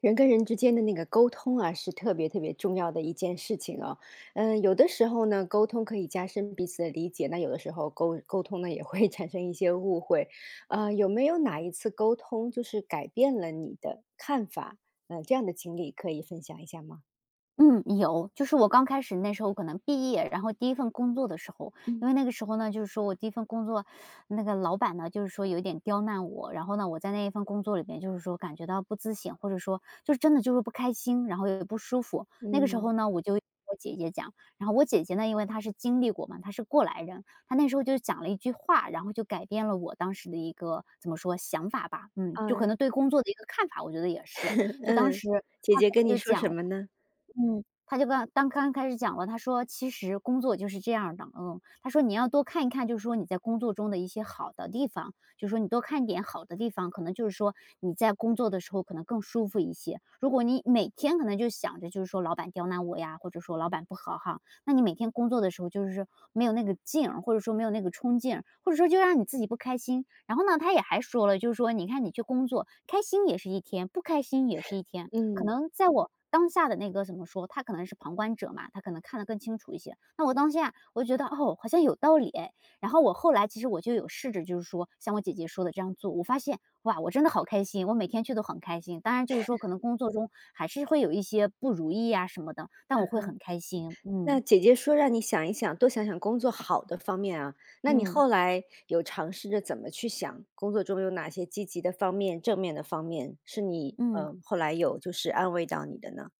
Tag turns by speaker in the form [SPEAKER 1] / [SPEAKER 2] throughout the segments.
[SPEAKER 1] 人跟人之间的那个沟通啊，是特别特别重要的一件事情哦。嗯，有的时候呢，沟通可以加深彼此的理解，那有的时候沟通呢也会 产生一些误会。啊，有没有哪一次沟通就是改变了你的看法？这样的经历可以分享一下吗？
[SPEAKER 2] 嗯，有，就是我刚开始那时候可能毕业，然后第一份工作的时候，因
[SPEAKER 1] 嗯
[SPEAKER 2] 为那个时候呢，就是说我第一份工作，那个老板呢，就是说有点刁难我，然后呢，我在那一份工作里边，就是说感觉到不自信，或者说就是真的就是不开心，然后也不舒服。那个时
[SPEAKER 1] 嗯
[SPEAKER 2] 候呢，我就跟我姐姐讲，然后我姐姐呢，因为她是经历过嘛，她是过来人，她那时候就讲了一句话，然后就改变了我当时的一个怎么说想法吧，
[SPEAKER 1] 啊
[SPEAKER 2] 就可能对工作的一个看法，我觉得也是，就当
[SPEAKER 1] 嗯，
[SPEAKER 2] 时。
[SPEAKER 1] 姐
[SPEAKER 2] 她
[SPEAKER 1] 姐
[SPEAKER 2] 可
[SPEAKER 1] 跟你
[SPEAKER 2] 能就
[SPEAKER 1] 说什
[SPEAKER 2] 讲
[SPEAKER 1] 么呢？
[SPEAKER 2] 他就刚开始讲了，他说其实工作就是这样儿的，他说你要多看一看，就是说你在工作中的一些好的地方，就是说你多看一点好的地方，可能就是说你在工作的时候可能更舒服一些。如果你每天可能就想着就是说老板刁难我呀，或者说老板不好哈，那你每天工作的时候就是没有那个劲儿，或者说没有那个冲劲儿，或者说就让你自己不开心。然后呢，他也还说了，就是说你看你去工作，开心也是一天，不开心也是一天，可
[SPEAKER 1] 嗯。
[SPEAKER 2] 能在我当下的那个怎么说，他可能是旁观者嘛，他可能看得更清楚一些。那我当下我就觉得哦，好像有道理哎。然后我后来其实我就有试着，就是说像我姐姐说的这样做，我发现哇，我真的好开心，我每天去都很开心。当然就是说可能工作中还是会有一些不如意啊什么的，但我会很开心。
[SPEAKER 1] 那
[SPEAKER 2] 嗯
[SPEAKER 1] 姐姐说让你想一想，多想想工作好的方面啊。那你
[SPEAKER 2] 嗯
[SPEAKER 1] 后来有尝试着怎么去想，工作中有哪些积极的方面、正面的方面，是你
[SPEAKER 2] 嗯。
[SPEAKER 1] 后来有就是安慰到你的呢？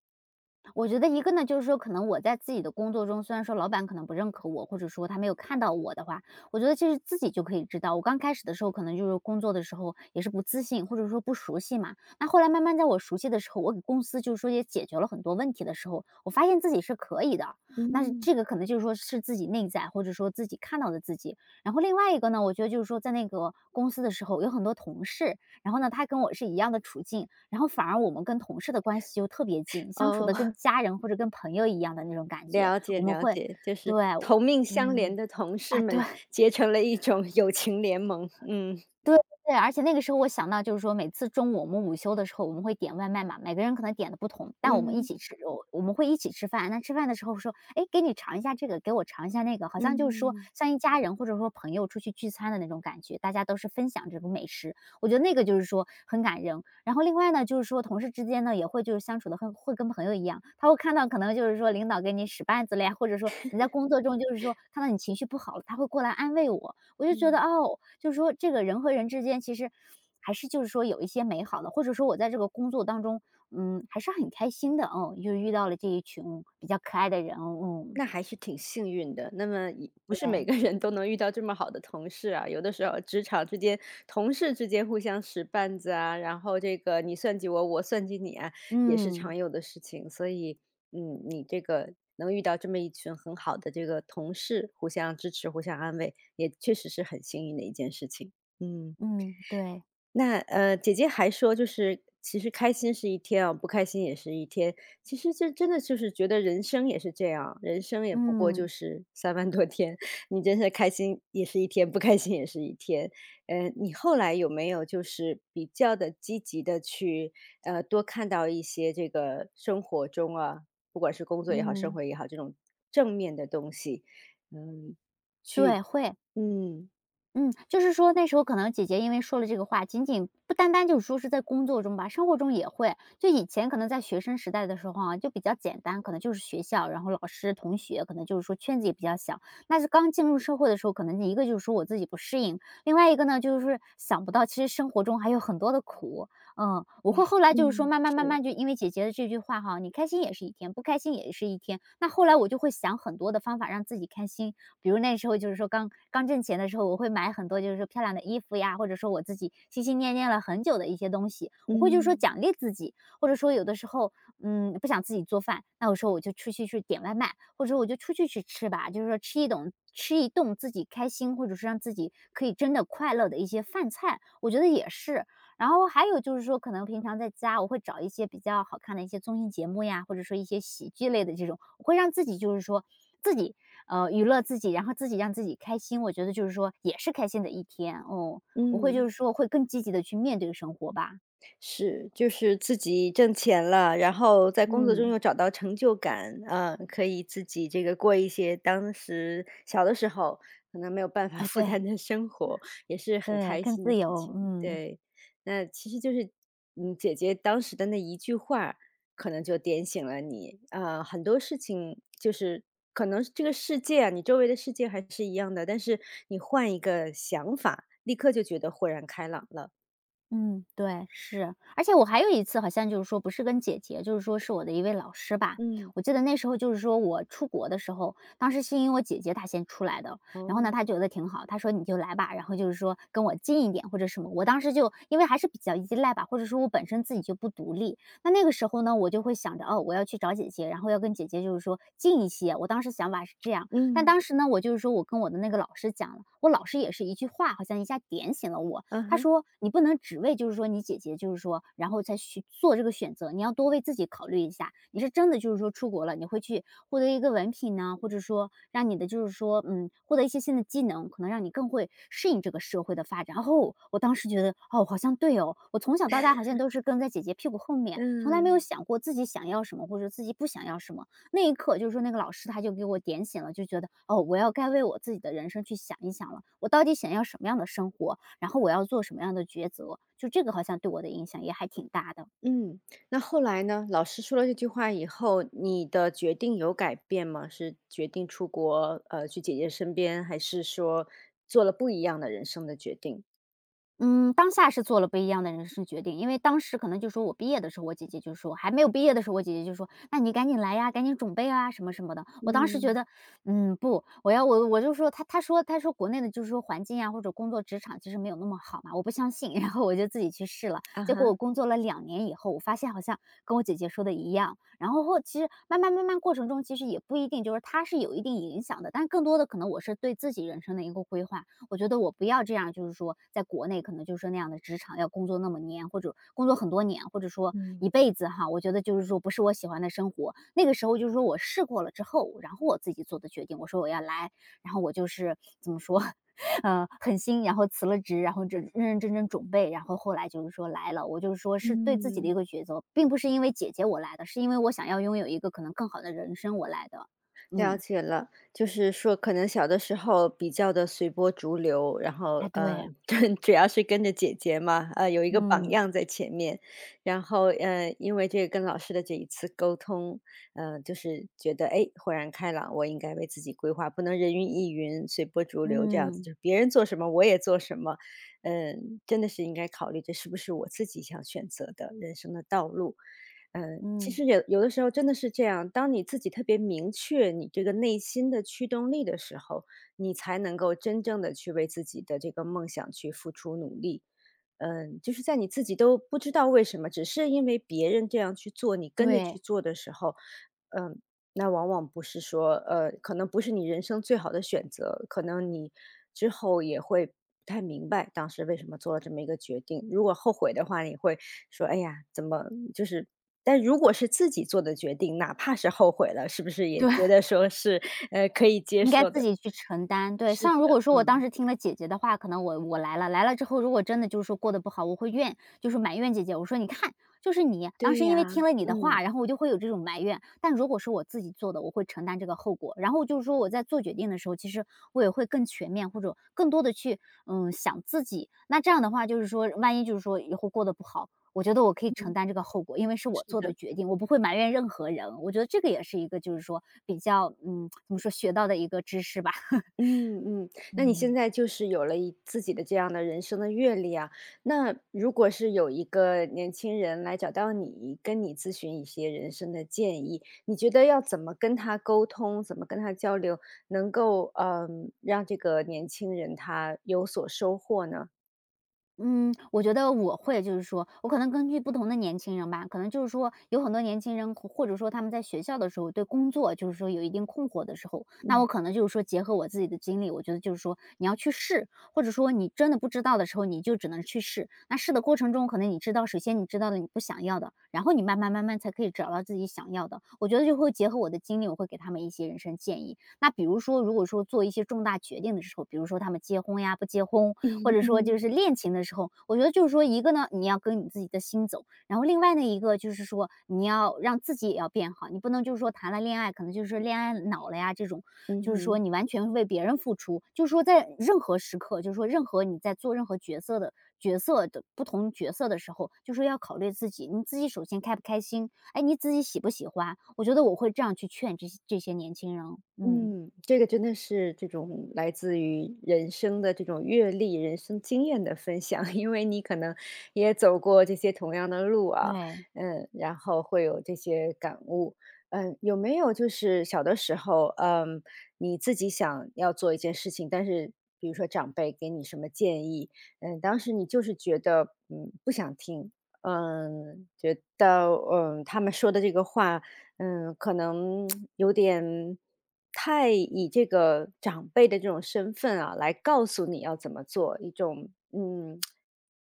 [SPEAKER 2] 我觉得一个呢，就是说可能我在自己的工作中，虽然说老板可能不认可我，或者说他没有看到我的话，我觉得其实自己就可以知道。我刚开始的时候，可能就是工作的时候也是不自信，或者说不熟悉嘛。那后来慢慢在我熟悉的时候，我给公司就是说也解决了很多问题的时候，我发现自己是可以的。那是
[SPEAKER 1] 嗯，
[SPEAKER 2] 这个可能就是说是自己内在，或者说自己看到的自己。然后另外一个呢，我觉得就是说在那个公司的时候，有很多同事，然后呢，他跟我是一样的处境，然后反而我们跟同事的关系就特别近，相处
[SPEAKER 1] 哦，
[SPEAKER 2] 的跟 家人或者跟朋友一样的那种感觉。
[SPEAKER 1] 了解
[SPEAKER 2] 我们
[SPEAKER 1] 了
[SPEAKER 2] 会
[SPEAKER 1] 解，就
[SPEAKER 2] 对，
[SPEAKER 1] 是同命相连
[SPEAKER 2] 嗯，
[SPEAKER 1] 的同事
[SPEAKER 2] 哎，对。
[SPEAKER 1] 们结成了一种 友情联盟。嗯
[SPEAKER 2] 对对，而且那个时候我想到就是说，每次中午我们午休的时候，我们会点外卖嘛，每个人可能点的不同，但我们一
[SPEAKER 1] 嗯
[SPEAKER 2] 起吃，我们会一起吃饭。那吃饭的时候说，哎，给你尝一下这个，给我尝一下那个，好像就是说
[SPEAKER 1] 嗯
[SPEAKER 2] 像一家人或者说朋友出去聚餐的那种感觉，大家都是分享这种美食，我觉得那个就是说很感人。然后另外呢，就是说同事之间呢也会就是相处的很会跟朋友一样，他会看到可能就是说领导给你使绊子了呀，或者说你在工作中就是说看到你情绪不好了，他会过来安慰我，我就觉得，
[SPEAKER 1] 嗯。
[SPEAKER 2] 哦，就是说这个人和人之间其实还是就是说有一些美好的，或者说我在这个工作当中，嗯，还是很开心的，哦，又遇到了这一群比较可爱的人，嗯，
[SPEAKER 1] 那还是挺幸运的。那么也不是每
[SPEAKER 2] 对，
[SPEAKER 1] 个人都能遇到这么好的同事啊，有的时候职场之间、同事之间互相使绊子啊，然后这个你算计我，我算计你啊，也是
[SPEAKER 2] 嗯，
[SPEAKER 1] 常有的事情。所以，嗯，你这个能遇到这么一群很好的这个同事，互相支持、互相安慰，也确实是很幸运的一件事情。嗯。
[SPEAKER 2] 嗯，对，
[SPEAKER 1] 那姐姐还说，就是其实开心是一天啊，不开心也是一天。其实这真的就是觉得人生也是这样，人生也不过就
[SPEAKER 2] 嗯，
[SPEAKER 1] 是三万多天，你真是开心也是一天，不开心也是一天。你后来有没有就是比较的积极的去多看到一些这个生活中啊，不管是工作也好，生
[SPEAKER 2] 嗯，
[SPEAKER 1] 活也好，这种正面的东西？嗯
[SPEAKER 2] 对，会。
[SPEAKER 1] 嗯
[SPEAKER 2] 嗯，就是说那时候可能姐姐因为说了这个话，仅仅不单单就是说是在工作中吧，生活中也会。就以前可能在学生时代的时候啊，就比较简单，可能就是学校，然后老师、同学，可能就是说圈子也比较小。那是刚进入社会的时候，可能一个就是说我自己不适应，另外一个呢就是想不到其实生活中还有很多的苦。嗯，我会后来就是说
[SPEAKER 1] 嗯，
[SPEAKER 2] 慢慢慢
[SPEAKER 1] 是
[SPEAKER 2] 慢就因为姐姐的这句话哈，你开心也是一天，不开心也是一天。那后来我就会想很多的方法让自己开心，比如那时候就是说刚刚挣钱的时候，我会买很多就是说漂亮的衣服呀，或者说我自己心心念念了很久的一些东西，我会就是说
[SPEAKER 1] 嗯
[SPEAKER 2] 奖励自己，或者说有的时候，嗯，不想自己做饭，那我说我就出去点外卖，或者说我就出去吃吧，就是说吃一顿吃一顿自己开心，或者是让自己可以真的快乐的一些饭菜，我觉得也是。然后还有就是说，可能平常在家我会找一些比较好看的一些综艺节目呀，或者说一些喜剧类的这种，我会让自己就是说自己娱乐自己，然后自己让自己开心，我觉得就是说也是开心的一天，哦。我会就是
[SPEAKER 1] 嗯。
[SPEAKER 2] 说会更积极的去面对生活吧。
[SPEAKER 1] 是，就是自己挣钱了，然后在工作中
[SPEAKER 2] 嗯，
[SPEAKER 1] 又找到成就感，嗯，可以自己这个过一些当时小的时候可能没有办法
[SPEAKER 2] 哎，
[SPEAKER 1] 负
[SPEAKER 2] 对，
[SPEAKER 1] 担的生活，也是很
[SPEAKER 2] 对，
[SPEAKER 1] 开
[SPEAKER 2] 更
[SPEAKER 1] 心的
[SPEAKER 2] 自
[SPEAKER 1] 事
[SPEAKER 2] 由，
[SPEAKER 1] 情。
[SPEAKER 2] 嗯。
[SPEAKER 1] 对，那其实就是，嗯，姐姐当时的那一句话，可能就点醒了你，啊、很多事情就是可能这个世界啊，你周围的世界还是一样的，但是你换一个想法，立刻就觉得豁然开朗了。
[SPEAKER 2] 嗯，对，是。而且我还有一次好像就是说不是跟姐姐，就是说是我的一位老师吧。
[SPEAKER 1] 嗯，
[SPEAKER 2] 我记得那时候就是说我出国的时候，当时是因为我姐姐她先出来的，然后呢，
[SPEAKER 1] 哦。
[SPEAKER 2] 她觉得挺好，她说你就来吧，然后就是说跟我近一点或者什么。我当时就因为还是比较依赖吧，或者说我本身自己就不独立，那个时候呢，我就会想着哦，我要去找姐姐，然后要跟姐姐就是说近一些。我当时想法是这样，但
[SPEAKER 1] 嗯，
[SPEAKER 2] 当时呢，我就是说我跟我的那个老师讲了，我老师也是一句话，好像一下点醒了我。
[SPEAKER 1] 啊
[SPEAKER 2] 他
[SPEAKER 1] 哈，
[SPEAKER 2] 说你不能只为就是说你姐姐就是说，然后再去做这个选择，你要多为自己考虑一下。你是真的就是说出国了，你会去获得一个文凭呢，或者说让你的就是说获得一些新的技能，可能让你更会适应这个社会的发展。哦，我当时觉得哦好像对哦，我从小到大好像都是跟在姐姐屁股后面，从来没有
[SPEAKER 1] 嗯，
[SPEAKER 2] 想过自己想要什么或者自己不想要什么。那一刻，就是说那个老师他就给我点醒了，就觉得哦，我要该为我自己的人生去想一想了，我到底想要什么样的生活？然后我要做什么样的抉择，就这个好像对我的影响也还挺大的。
[SPEAKER 1] 嗯，那后来呢？老师说了这句话以后，你的决定有改变吗？是决定出国，去姐姐身边，还是说做了不一样的人生的决定？
[SPEAKER 2] 嗯，当下是做了不一样的人生决定，因为当时可能就说我毕业的时候，我姐姐就说还没有毕业的时候，我姐姐就说："那你赶紧来呀，赶紧准备啊，什么什么的。"我当时觉
[SPEAKER 1] 嗯，
[SPEAKER 2] 得，不，我要我我就说她说国内的就是说环境啊或者工作职场其实没有那么好嘛，我不相信，然后我就自己去试了，
[SPEAKER 1] 啊
[SPEAKER 2] 结果
[SPEAKER 1] 哈，
[SPEAKER 2] 我工作了2年以后，我发现好像跟我姐姐说的一样，然后其实慢慢慢慢过程中，其实也不一定就是她是有一定影响的，但更多的可能我是对自己人生的一个规划，我觉得我不要这样，就是说在国内可能就是说那样的职场要工作那么年，或者工作很多年，或者说一
[SPEAKER 1] 嗯，
[SPEAKER 2] 辈子哈。我觉得就是说不是我喜欢的生活。那个时候就是说我试过了之后，然后我自己做的决定，我说我要来，然后我就是怎么说，狠心，然后辞了职，然后这认认真真准备，然后后来就是说来了，我就是说是对自己的一
[SPEAKER 1] 嗯。
[SPEAKER 2] 个抉择，并不是因为姐姐我来的，是因为我想要拥有一个可能更好的人生我来的。
[SPEAKER 1] 了
[SPEAKER 2] 嗯，
[SPEAKER 1] 解了，就是说可能小的时候比较的随波逐流，然
[SPEAKER 2] 哎，
[SPEAKER 1] 后，
[SPEAKER 2] 对，
[SPEAKER 1] 嗯，对，主要是跟着姐姐嘛，有一个榜
[SPEAKER 2] 嗯
[SPEAKER 1] 样在前面。然后，因为这个跟老师的这一次沟通，就是觉得，哎，豁然开朗，我应该为自己规划，不能人云亦云、随波逐流这样子，
[SPEAKER 2] 嗯
[SPEAKER 1] 就是别人做什么我也做什么。嗯，真的是应该考虑这是不是我自己想选择的人生的道路。嗯，其
[SPEAKER 2] 嗯，
[SPEAKER 1] 实有的时候真的是这样，当你自己特别明确你这个内心的驱动力的时候，你才能够真正的去为自己的这个梦想去付出努力。嗯，就是在你自己都不知道为什么，只是因为别人这样去做，你跟着
[SPEAKER 2] 对。
[SPEAKER 1] 去做的时候，嗯，那往往不是说，可能不是你人生最好的选择，可能你之后也会不太明白当时为什么做了这么一个决定。如果后悔的话，你会说：“哎呀，怎么就是”但如果是自己做的决定，哪怕是后悔了，是不是也
[SPEAKER 2] 对，
[SPEAKER 1] 觉得说是，可以接
[SPEAKER 2] 应该
[SPEAKER 1] 受
[SPEAKER 2] 自
[SPEAKER 1] 的？
[SPEAKER 2] 己去承担。对，
[SPEAKER 1] 是
[SPEAKER 2] 像如果
[SPEAKER 1] 的，
[SPEAKER 2] 说我当
[SPEAKER 1] 嗯，
[SPEAKER 2] 时听了姐姐的话，可能我来了，来了之后，如果真的就是说过得不好，我会怨，就是埋怨姐姐。我说你看，就是你当
[SPEAKER 1] 对
[SPEAKER 2] 时因为听
[SPEAKER 1] 呀，
[SPEAKER 2] 了你的
[SPEAKER 1] 嗯，
[SPEAKER 2] 话，然后我就会有这种埋怨。但如果是我自己做的，我会承担这个后果。然后就是说我在做决定的时候，其实我也会更全面，或者更多的去想自己。那这样的话，就是说万一就是说以后过得不好，我觉得我可以承
[SPEAKER 1] 嗯，
[SPEAKER 2] 担这个后果，因为是我
[SPEAKER 1] 是
[SPEAKER 2] 做的
[SPEAKER 1] 的。
[SPEAKER 2] 决定，我不会埋怨任何人。我觉得这个也是一个，就是说比较，怎么说学到的一个知识吧。
[SPEAKER 1] 嗯嗯，那你现
[SPEAKER 2] 嗯。
[SPEAKER 1] 在就是有了一自己的这样的人生的阅历啊，那如果是有一个年轻人来找到你，跟你咨询一些人生的建议，你觉得要怎么跟他沟通，怎么跟他交流，能够让这个年轻人他有所收获呢？
[SPEAKER 2] 嗯，我觉得我会，就是说，我可能根据不同的年轻人吧，可能就是说，有很多年轻人或者说他们在学校的时候对工作就是说有一定困惑的时候，那我
[SPEAKER 1] 嗯
[SPEAKER 2] 可能就是说结合我自己的经历，我觉得就是说你要去试，或者说你真的不知道的时候，你就只能去试。那试的过程中，可能你知道，首先你知道了你不想要的，然后你慢慢慢慢才可以找到自己想要的。我觉得就会结合我的经历，我会给他们一些人生建议。那比如说，如果说做一些重大决定的时候，比如说他们结婚呀、不结婚，或
[SPEAKER 1] 嗯
[SPEAKER 2] 者说就
[SPEAKER 1] 嗯。
[SPEAKER 2] 是恋情的时候，我觉得就是说一个呢，你要跟你自己的心走，然后另外的一个就是说你要让自己也要变好，你不能就是说谈了恋爱可能就是恋爱脑了呀，这种
[SPEAKER 1] 嗯
[SPEAKER 2] 就是说
[SPEAKER 1] 哼。
[SPEAKER 2] 你完全为别人付出，就是说在任何时刻，就是说任何你在做任何角色的角色的不同角色的时候，就是要考虑自己，你自己首先开不开心，哎，你自己喜不喜欢？我觉得我会这样去劝这些年轻人哦，嗯
[SPEAKER 1] 嗯，这个真的是这种来自于人生的这种阅历、人生经验的分享，因为你可能也走过这些同样的路啊，
[SPEAKER 2] 对，
[SPEAKER 1] 嗯，然后会有这些感悟。嗯，有没有就是小的时候，你自己想要做一件事情，但是比如说长辈给你什么建议，当时你就是觉得，不想听，觉得，他们说的这个话可能 有点太以这个长辈的这种身份啊，来告诉你要怎么做，一种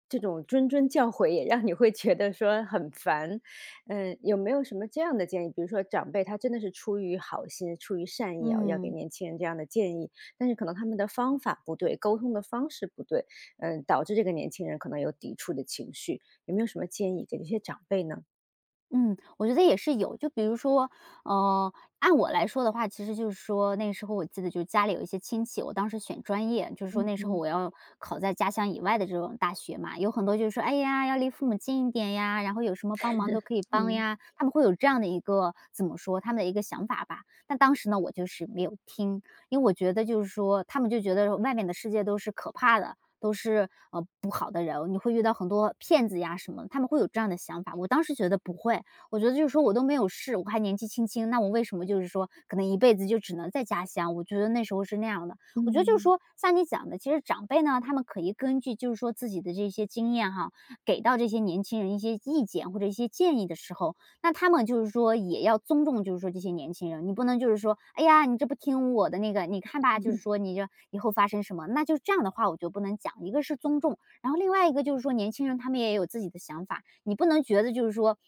[SPEAKER 1] 这种谆谆教诲也让你会觉得说很烦。嗯，有没有什么这样的建议？比如说长辈他真的是出于好心、出于善意啊，要给
[SPEAKER 2] 嗯。
[SPEAKER 1] 年轻人这样的建议，但是可能他们的方法不对，沟通的方式不对，导致这个年轻人可能有抵触的情绪。有没有什么建议给这些长辈呢？
[SPEAKER 2] 嗯，我觉得也是有。就比如说，呃，按我来说的话，其实就是说那时候我记得就是家里有一些亲戚，我当时选专业，就是说
[SPEAKER 1] 嗯
[SPEAKER 2] 那时候
[SPEAKER 1] 嗯
[SPEAKER 2] 我要考在家乡以外的这种大学嘛，有很多就是说，哎呀，要离父母近一点呀，然后有什么帮忙都可以帮
[SPEAKER 1] 嗯
[SPEAKER 2] 呀，他们会有这样的一个怎么说他们的一个想法吧。但当时呢，我就是没有听，因为我觉得就是说，他们就觉得外面的世界都是可怕的，都是不好的人，你会遇到很多骗子呀什么的他们会有这样的想法。我当时觉得不会，我觉得就是说我都没有试，我还年纪轻轻，那我为什么就是说可能一辈子就只能在家乡？我觉得那时候是那样的。我觉得就是
[SPEAKER 1] 嗯。
[SPEAKER 2] 说，像你讲的，其实长辈呢，他们可以根据就是说自己的这些经验哈，给到这些年轻人一些意见或者一些建议的时候，那他们就是说也要尊重，就是说这些年轻人，你不能就是说，哎呀，你这不听我的那个，你看吧，就是说 你这以后发生什么，那就这样的话，我就不能讲。一个是尊重。然后另外一个就是说，年轻人他们也有自己的想法，你不能觉得就是说，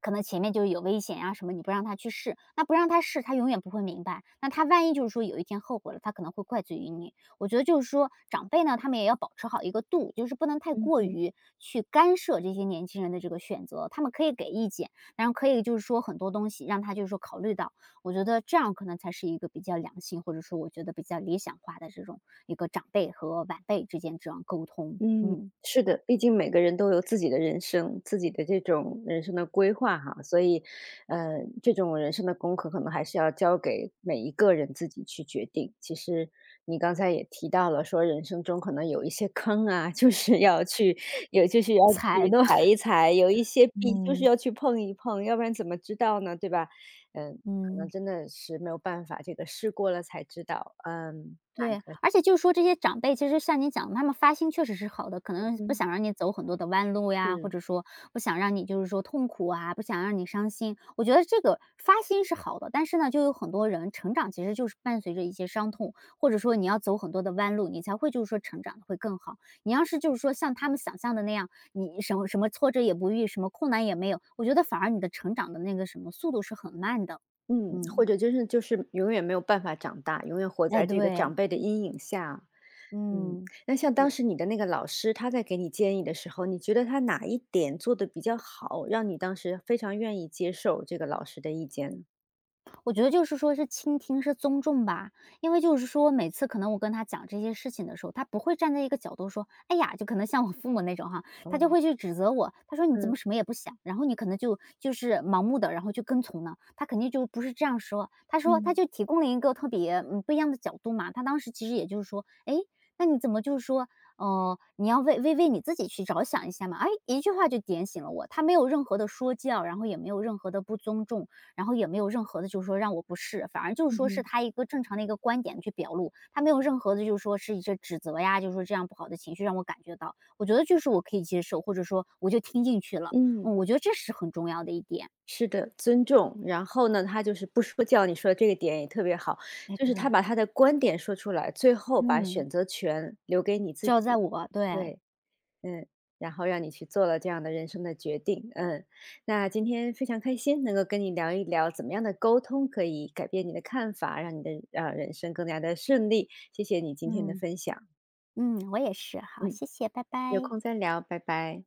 [SPEAKER 2] 可能前面就是有危险呀、什么，你不让他去试，那不让他试，他永远不会明白。那他万一就是说有一天后悔了，他可能会怪罪于你。我觉得就是说，长辈呢，他们也要保持好一个度，就是不能太
[SPEAKER 1] 嗯哼
[SPEAKER 2] 过
[SPEAKER 1] 嗯哼
[SPEAKER 2] 于去干涉这些年轻人的这个选择。他们可以给意见，然后可以就是说很多东西让他就是说考虑到，我觉得这样可能才是一个比较良性，或者说我觉得比较理想化的这种一个长辈和晚辈之间这样沟通，
[SPEAKER 1] 嗯，
[SPEAKER 2] 嗯，
[SPEAKER 1] 是的，毕竟每个人都有自己的人生，自己的这种人生的规划哈，所以，呃，这种人生的功课可能还是要交给每一个人自己去决定。其实你刚才也提到了，说人生中可能有一些坑啊，就是要去，有就是要
[SPEAKER 2] 才
[SPEAKER 1] 去
[SPEAKER 2] 的，
[SPEAKER 1] 踩一踩，有一 些壁就是
[SPEAKER 2] 嗯
[SPEAKER 1] 要去碰一碰，要不然怎么知道呢，对吧？嗯，可能
[SPEAKER 2] 嗯。
[SPEAKER 1] 真的是没有办法，这个试过了才知道，嗯，
[SPEAKER 2] 对，而且就是说这些长辈，其实像你讲的，他们发心确实是好的，可能不
[SPEAKER 1] 嗯，
[SPEAKER 2] 想让你走很多的弯路呀，或
[SPEAKER 1] 是。
[SPEAKER 2] 者说不想让你就是说痛苦啊，不想让你伤心。我觉得这个发心是好的，但是呢，就有很多人成长其实就是伴随着一些伤痛，或者说你要走很多的弯路，你才会就是说成长的会更好。你要是就是说像他们想象的那样，你什么什么挫折也不遇，什么困难也没有，我觉得反而你的成长的那个什么速度是很慢的。
[SPEAKER 1] 嗯，
[SPEAKER 2] 嗯，
[SPEAKER 1] 或者真是就是永远没有办法长大，永远活
[SPEAKER 2] 哎，
[SPEAKER 1] 在这个
[SPEAKER 2] 对，
[SPEAKER 1] 长辈的阴影下。嗯，
[SPEAKER 2] 嗯。
[SPEAKER 1] 那像当时你的那个老师，他在给你建议的时候，你觉得他哪一点做的比较好，让你当时非常愿意接受这个老师的意见呢？
[SPEAKER 2] 我觉得就是说是倾听，是尊重吧。因为就是说每次可能我跟他讲这些事情的时候，他不会站在一个角度说：“哎呀！”就可能像我父母那种哈，他
[SPEAKER 1] 哦，
[SPEAKER 2] 就会去指责我，他说：“你怎么
[SPEAKER 1] 嗯
[SPEAKER 2] 什么也不想？”然后你可能就是盲目的，然后就跟从呢，他肯定就不是这样说，他说他
[SPEAKER 1] 嗯
[SPEAKER 2] 就提供了一个特别，不一样的角度嘛。他当时其实也就是说：“哎，那你怎么就是说哦，你要为你自己去着想一下嘛。”哎，一句话就点醒了我，他没有任何的说教，然后也没有任何的不尊重，然后也没有任何的就是说让我不适，反而就是
[SPEAKER 1] 嗯
[SPEAKER 2] 说是
[SPEAKER 1] 嗯
[SPEAKER 2] 他一个正常的一个观点去表露，他没有任何的就是说是一些指责呀，就是说这样不好的情绪让我感觉到，我觉得就是我可以接受，或者说我就听进去了，
[SPEAKER 1] 嗯，
[SPEAKER 2] 嗯，我觉得这是很重要的一点。
[SPEAKER 1] 是的，尊重。然后呢，他就是不说教，你说的这个点也特别好，
[SPEAKER 2] 哎，
[SPEAKER 1] 就是
[SPEAKER 2] 对，
[SPEAKER 1] 他把他的观点说出来，最后把
[SPEAKER 2] 嗯，
[SPEAKER 1] 选择权留给你自
[SPEAKER 2] 就要在
[SPEAKER 1] 己。
[SPEAKER 2] 我对，
[SPEAKER 1] 对，嗯，然后让你去做了这样的人生的决定，嗯。那今天非常开心能够跟你聊一聊怎么样的沟通可以改变你的看法，让你的，人生更加的顺利，谢谢你今天的
[SPEAKER 2] 嗯
[SPEAKER 1] 分享，
[SPEAKER 2] 嗯，我也是，好，
[SPEAKER 1] 嗯，
[SPEAKER 2] 谢谢，拜
[SPEAKER 1] 有
[SPEAKER 2] 拜。
[SPEAKER 1] 空再聊，拜拜。